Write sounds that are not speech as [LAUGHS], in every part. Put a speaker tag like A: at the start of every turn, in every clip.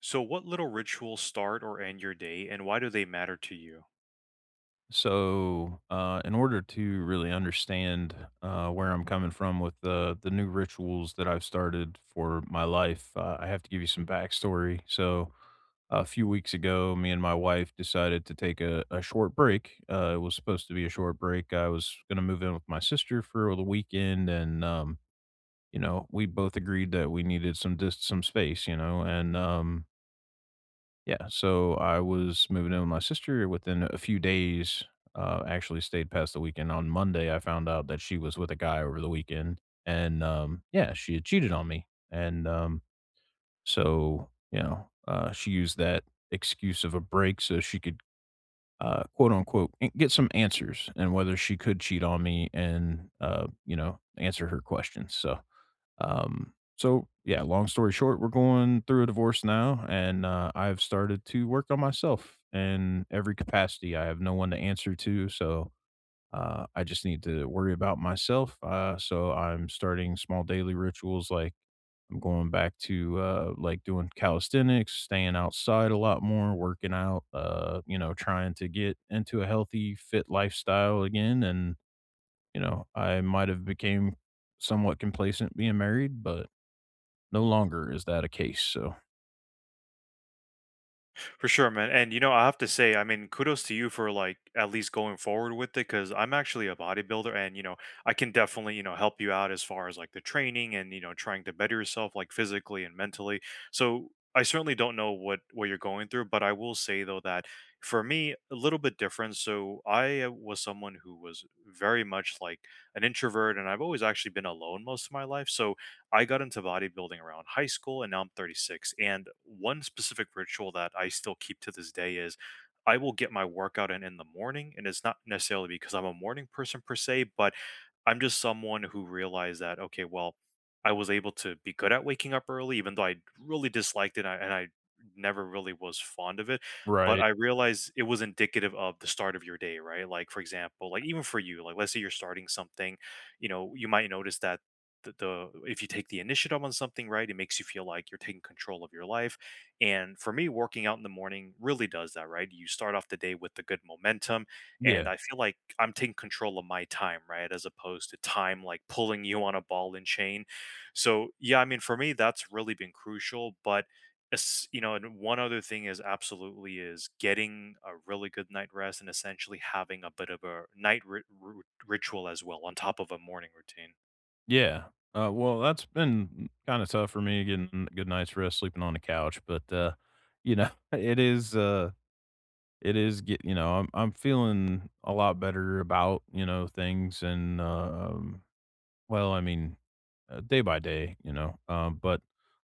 A: So, what little rituals start or end your day, and why do they matter to you?
B: In order to really understand where I'm coming from with the new rituals that I've started for my life, I have to give you some backstory. So, a few weeks ago, me and my wife decided to take a short break. It was supposed to be a short break. I was going to move in with my sister for the weekend, and you know, we both agreed that we needed some space, you know, and yeah, so I was moving in with my sister within a few days, actually stayed past the weekend. On Monday, I found out that she was with a guy over the weekend and, yeah, she had cheated on me, and, so, you know, she used that excuse of a break so she could, quote, unquote, "an get some answers" and whether she could cheat on me and, you know, answer her questions, so yeah, long story short, we're going through a divorce now, and I've started to work on myself in every capacity. I have no one to answer to, so I just need to worry about myself. So I'm starting small daily rituals like I'm going back to like doing calisthenics, staying outside a lot more, working out. You know, trying to get into a healthy, fit lifestyle again. And you know, I might have became somewhat complacent being married, but no longer is that a case, so
A: For sure, man. And you know, I have to say, I mean, kudos to you for like at least going forward with it, because I'm actually a bodybuilder, and you know, I can definitely, you know, help you out as far as like the training and, you know, trying to better yourself like physically and mentally. So, I certainly don't know what you're going through, but I will say though that for me a little bit different. So I was someone who was very much like an introvert, and I've always actually been alone most of my life. So I got into bodybuilding around high school and now I'm 36. And one specific ritual that I still keep to this day is I will get my workout in the morning. And it's not necessarily because I'm a morning person per se, but I'm just someone who realized that, okay, well, I was able to be good at waking up early, even though I really disliked it and I never really was fond of it. But
B: right.
A: I realized it was indicative of the start of your day, right? Like, for example, like even for you, like let's say you're starting something, you know, you might notice that the if you take the initiative on something, right, it makes you feel like you're taking control of your life. And for me, working out in the morning really does that. Right, you start off the day with the good momentum, and
B: Yeah.
A: I feel like I'm taking control of my time, right, as opposed to time like pulling you on a ball and chain. So yeah, I mean, for me that's really been crucial. But you know, and one other thing is absolutely is getting a really good night rest and essentially having a bit of a ritual as well on top of a morning routine.
B: Yeah, well, that's been kinda tough for me getting a good night's rest, sleeping on the couch, but, you know, [LAUGHS] it is get you know, I'm feeling a lot better about, you know, things and, well, I mean, day by day, you know, but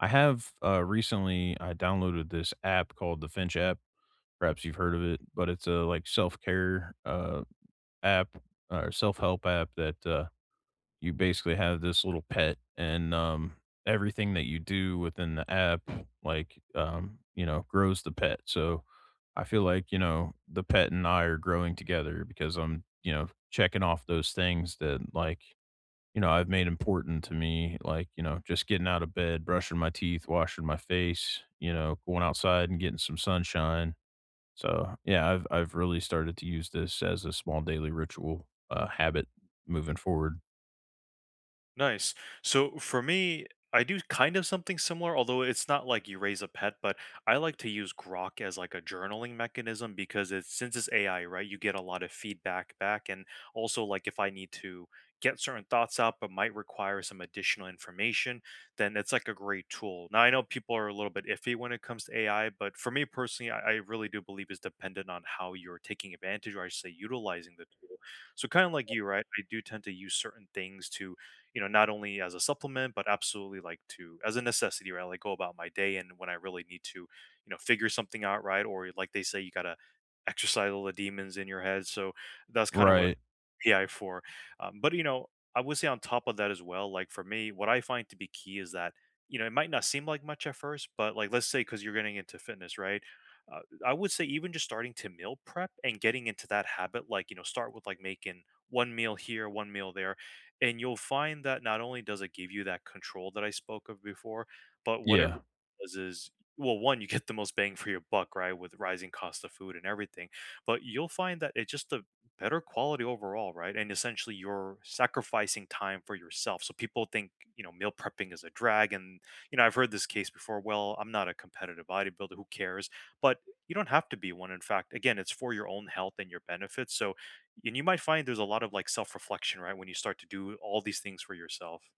B: I have, recently I downloaded this app called the Finch app. Perhaps you've heard of it, but it's a, like, self-care, app or self-help app that, you basically have this little pet and, everything that you do within the app, like, you know, grows the pet. So I feel like, you know, the pet and I are growing together because I'm, you know, checking off those things that like, you know, I've made important to me, like, you know, just getting out of bed, brushing my teeth, washing my face, you know, going outside and getting some sunshine so, yeah, I've really started to use this as a small daily ritual, habit moving forward.
A: Nice. So for me, I do kind of something similar, although it's not like you raise a pet, but I like to use Grok as like a journaling mechanism because it's since it's AI, right? You get a lot of feedback back. And also, like, if I need to get certain thoughts out but might require some additional information, then it's like a great tool. Now, I know people are a little bit iffy when it comes to AI, but for me personally, I really do believe it's dependent on how you're taking advantage, or I should say utilizing the tool. So kind of like you, right? I do tend to use certain things to, you know, not only as a supplement but absolutely like to as a necessity, right, like go about my day. And when I really need to, you know, figure something out, right, or like they say, you gotta exercise all the demons in your head. So that's kind of what
B: Right.
A: Pi 4. But you know, I would say on top of that as well, like for me, what I find to be key is that, you know, it might not seem like much at first, but like let's say because you're getting into fitness, right? Uh, I would say even just starting to meal prep and getting into that habit, like, you know, start with like making one meal here, one meal there, and you'll find that not only does it give you that control that I spoke of before, but what it really
B: Yeah,
A: does is, well, one, you get the most bang for your buck, right, with rising cost of food and everything, but you'll find that it just the better quality overall, right? And essentially, you're sacrificing time for yourself. So people think, you know, meal prepping is a drag. And, you know, I've heard this case before. Well, I'm not a competitive bodybuilder. Who cares? But you don't have to be one. In fact, again, it's for your own health and your benefits. So, and you might find there's a lot of like self reflection, right, when you start to do all these things for yourself.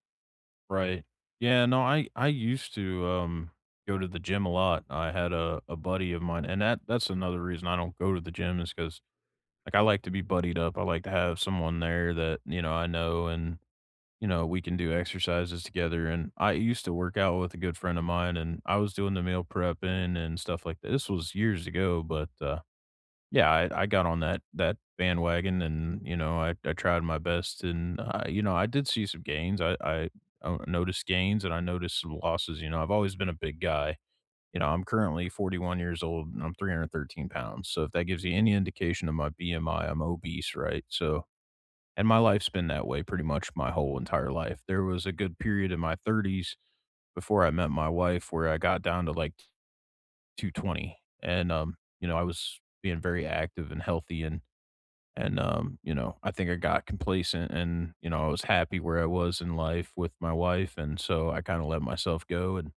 B: right. Yeah, no, I used to, go to the gym a lot. I had a buddy of mine and that's another reason I don't go to the gym is because like, I like to be buddied up. I like to have someone there that, you know, I know and, you know, we can do exercises together, and I used to work out with a good friend of mine, and I was doing the meal prepping and stuff like that. This was years ago, but, yeah, I got on that bandwagon and, you know, I tried my best and, you know, I did see some gains. I noticed gains and I noticed some losses. You know, I've always been a big guy. You know, I'm currently 41 years old and I'm 313 pounds. So if that gives you any indication of my BMI, I'm obese, right? So and my life's been that way pretty much my whole entire life. There was a good period in my 30s before I met my wife where I got down to like 220 and, you know, I was being very active and healthy and and you know, I think I got complacent and, you know, I was happy where I was in life with my wife. And so I kind of let myself go. And,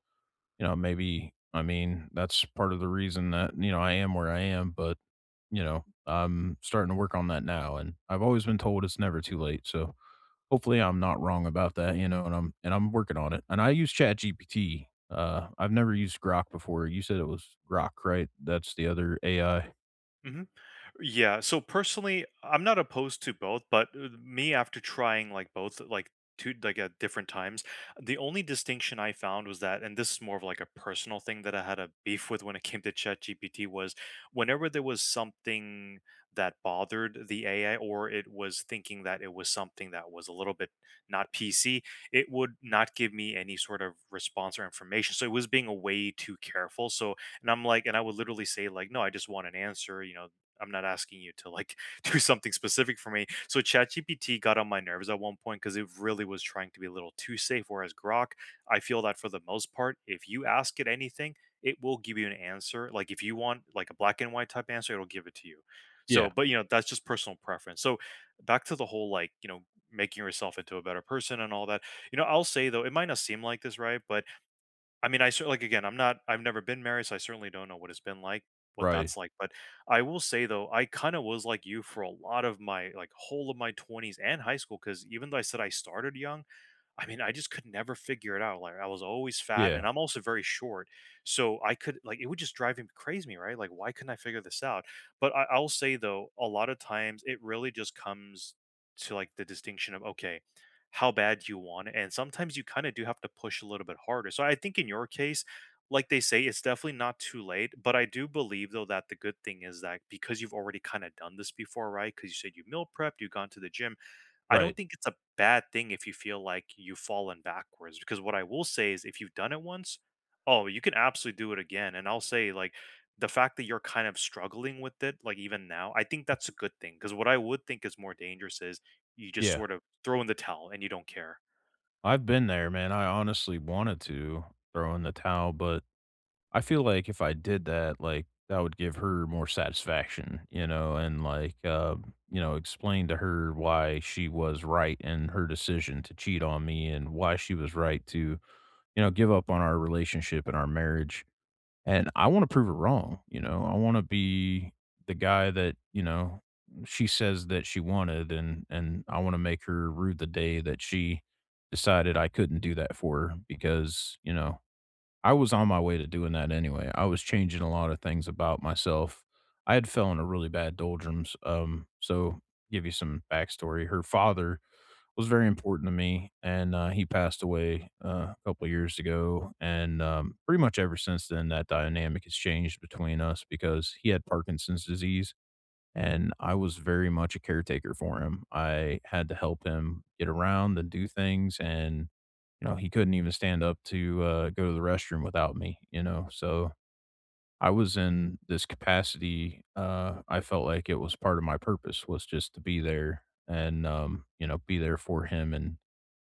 B: you know, maybe, I mean, that's part of the reason that, you know, I am where I am. But, you know, I'm starting to work on that now. And I've always been told it's never too late. So hopefully I'm not wrong about that, you know, and I'm working on it. And I use Chat GPT. I've never used Grok before. You said it was Grok, right? That's the other AI.
A: Mhm. Yeah, so personally, I'm not opposed to both, but me after trying like both like two like at different times, the only distinction I found was that, and this is more of like a personal thing that I had a beef with when it came to ChatGPT, was whenever there was something that bothered the AI, or it was thinking that it was something that was a little bit not PC, it would not give me any sort of response or information. So it was being way too careful. So, and I'm like, and I would literally say like, no, I just want an answer. You know, I'm not asking you to like [LAUGHS] do something specific for me. So ChatGPT got on my nerves at one point because it really was trying to be a little too safe. Whereas Grok, I feel that for the most part, if you ask it anything, it will give you an answer. Like if you want like a black and white type answer, it'll give it to you. So,
B: Yeah.
A: but you know, that's just personal preference. So back to the whole, like, you know, making yourself into a better person and all that. You know, I'll say though, it might not seem like this, right? But I mean, again, I've never been married, so I certainly don't know what it's been like, what
B: Right.
A: that's like, but I will say though, I kinda was like you for a lot of my like, whole of my 20s and high school. Because even though I said I started young, I mean, I just could never figure it out. Like I was always fat
B: Yeah.
A: and I'm also very short. So I could like it would just drive him crazy, right? Like why couldn't I figure this out? But I'll say though, a lot of times it really just comes to like the distinction of, okay, how bad do you want it. And sometimes you kind of do have to push a little bit harder. So I think in your case, like they say, it's definitely not too late. But I do believe though that the good thing is that because you've already kind of done this before, right? Because you said you meal prepped, you've gone to the gym, I don't
B: Right.
A: think it's a bad thing if you feel like you've fallen backwards, because what I will say is if you've done it once, oh, you can absolutely do it again. And I'll say, like, the fact that you're kind of struggling with it, like even now, I think that's a good thing, because what I would think is more dangerous is you just
B: Yeah,
A: sort of throw in the towel and you don't care.
B: I've been there, man. I honestly wanted to throw in the towel, but I feel like if I did that, like that would give her more satisfaction, you know, and like, you know, explain to her why she was right in her decision to cheat on me and why she was right to, you know, give up on our relationship and our marriage. And I wanna prove her wrong, you know? I wanna be the guy that, you know, she says that she wanted, and I wanna make her rue the day that she decided I couldn't do that for her because, you know, I was on my way to doing that anyway. I was changing a lot of things about myself. I had fell into really bad doldrums, so give you some backstory. Her father was very important to me, and, he passed away, a couple of years ago, and, pretty much ever since then, that dynamic has changed between us because he had Parkinson's disease, and I was very much a caretaker for him. I had to help him get around and do things, and, you know, he couldn't even stand up to, go to the restroom without me, you know, so I was in this capacity, I felt like it was part of my purpose was just to be there and, you know, be there for him and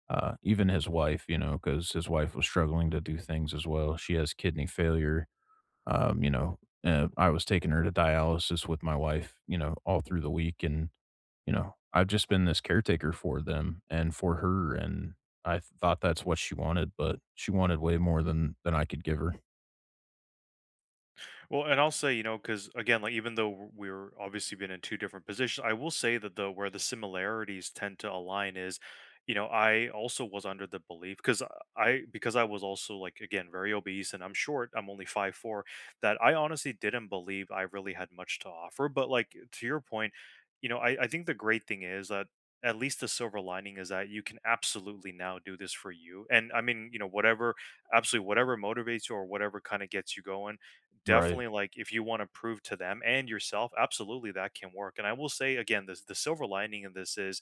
B: even his wife, you know, because his wife was struggling to do things as well. She has kidney failure. Um, you know, I was taking her to dialysis with my wife, you know, all through the week. And, you know, I've just been this caretaker for them and for her. And I thought that's what she wanted, but she wanted way more than I could give her.
A: Well, and I'll say, you know, because again, like even though we're obviously been in two different positions, I will say that the where the similarities tend to align is, you know, I also was under the belief because I was also like again very obese and I'm short, I'm only 5'4", that I honestly didn't believe I really had much to offer. But like to your point, you know, I think the great thing is that at least the silver lining is that you can absolutely now do this for you. And I mean, you know, whatever, absolutely, whatever motivates you or whatever kind of gets you going,
B: Right.
A: definitely, like if you want to prove to them and yourself, absolutely that can work. And I will say again, this, the silver lining in this is,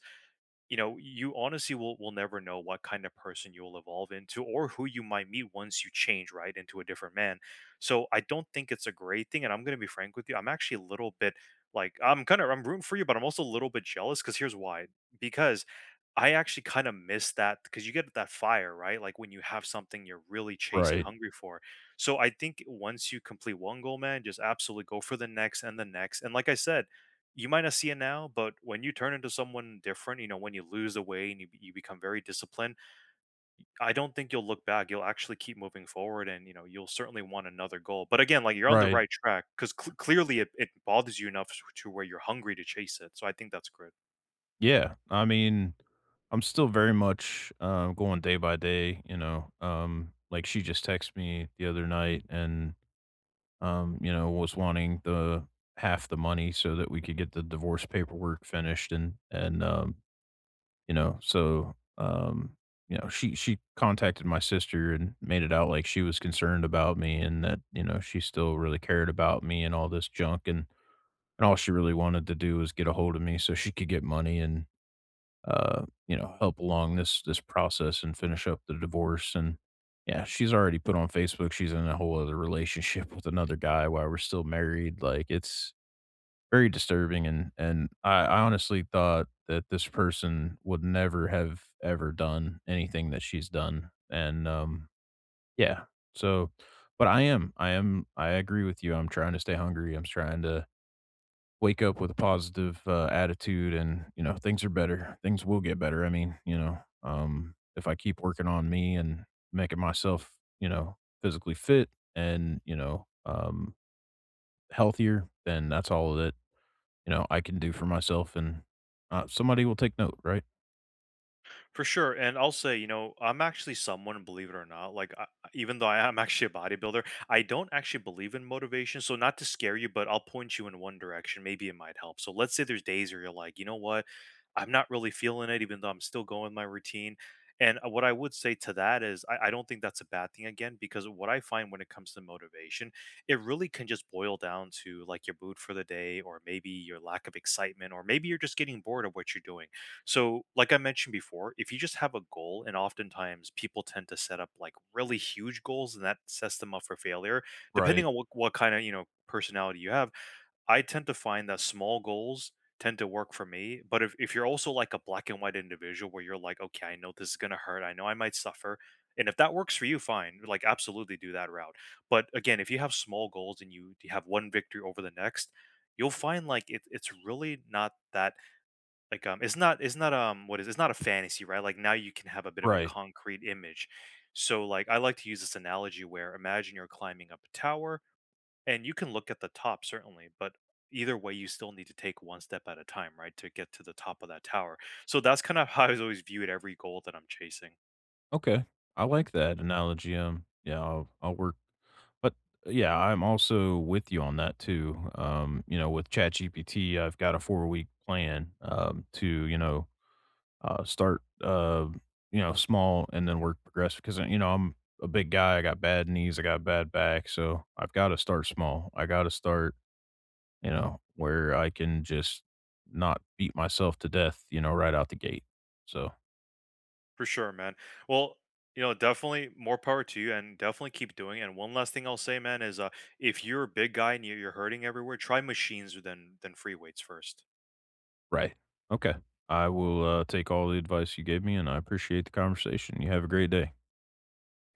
A: you know, you honestly will never know what kind of person you'll evolve into or who you might meet once you change, right, into a different man. So I don't think it's a great thing. And I'm gonna be frank with you, I'm actually a little bit like, I'm kind of I'm rooting for you, but I'm also a little bit jealous because here's why. Because I actually kind of miss that, because you get that fire, right? Like when you have something you're really chasing
B: Right.
A: hungry for. So I think once you complete one goal, man, just absolutely go for the next. And like I said, you might not see it now, but when you turn into someone different, you know, when you lose the weight and you become very disciplined, I don't think you'll look back. You'll actually keep moving forward and, you know, you'll certainly want another goal. But again, like you're on the
B: Right.
A: right track because clearly it bothers you enough to where you're hungry to chase it. So I think that's great.
B: Yeah, I mean, I'm still very much going day by day, you know. Like she just texted me the other night and you know, was wanting the half the money so that we could get the divorce paperwork finished and you know, so you know, she contacted my sister and made it out like she was concerned about me and that, you know, she still really cared about me and all this junk and all she really wanted to do was get a hold of me so she could get money and you know, help along this process and finish up the divorce. And yeah, she's already put on Facebook she's in a whole other relationship with another guy while we're still married. Like it's very disturbing and I honestly thought that this person would never have ever done anything that she's done. And yeah. So but I am. I agree with you. I'm trying to stay hungry. I'm trying to wake up with a positive, attitude and, you know, things are better. Things will get better. I mean, you know, if I keep working on me and making myself, you know, physically fit and, you know, healthier, then that's all that, you know, I can do for myself and somebody will take note, right?
A: For sure. And I'll say, you know, I'm actually someone, believe it or not, like, I, even though I am actually a bodybuilder, I don't actually believe in motivation. So, not to scare you, but I'll point you in one direction. Maybe it might help. So, let's say there's days where you're like, you know what? I'm not really feeling it, even though I'm still going with my routine. And what I would say to that is, I don't think that's a bad thing again, because what I find when it comes to motivation, it really can just boil down to like your mood for the day, or maybe your lack of excitement, or maybe you're just getting bored of what you're doing. So, like I mentioned before, if you just have a goal, and oftentimes people tend to set up like really huge goals, and that sets them up for failure. Depending
B: Right.
A: on what kind of, you know, personality you have, I tend to find that small goals tend to work for me. But if you're also like a black and white individual where you're like, okay, I know this is gonna hurt, I know I might suffer. And if that works for you, fine. Like, absolutely do that route. But again, if you have small goals and you have one victory over the next, you'll find like it's really not that like, it's not, what is it's not a fantasy, right? Like, now you can have a bit of a
B: Right.
A: concrete image. So, like, I like to use this analogy where imagine you're climbing up a tower, and you can look at the top certainly, but either way, you still need to take one step at a time, right, to get to the top of that tower. So that's kind of how I've always viewed every goal that I'm chasing.
B: Okay, I like that analogy. Yeah, I'll work but yeah, I'm also with you on that too. You know, with ChatGPT, I've got a 4 week plan to you know start you know small and then work progressive because you know I'm a big guy. I got bad knees. I got bad back. So I've got to start small. I got to start you know where I can just not beat myself to death. You know, right out the gate. So
A: For sure, man. Well, you know, definitely more power to you and definitely keep doing it. And one last thing I'll say, man, is, if you're a big guy and you're hurting everywhere, try machines than free weights first.
B: right. Okay. I will take all the advice you gave me, and I appreciate the conversation. You have a great day.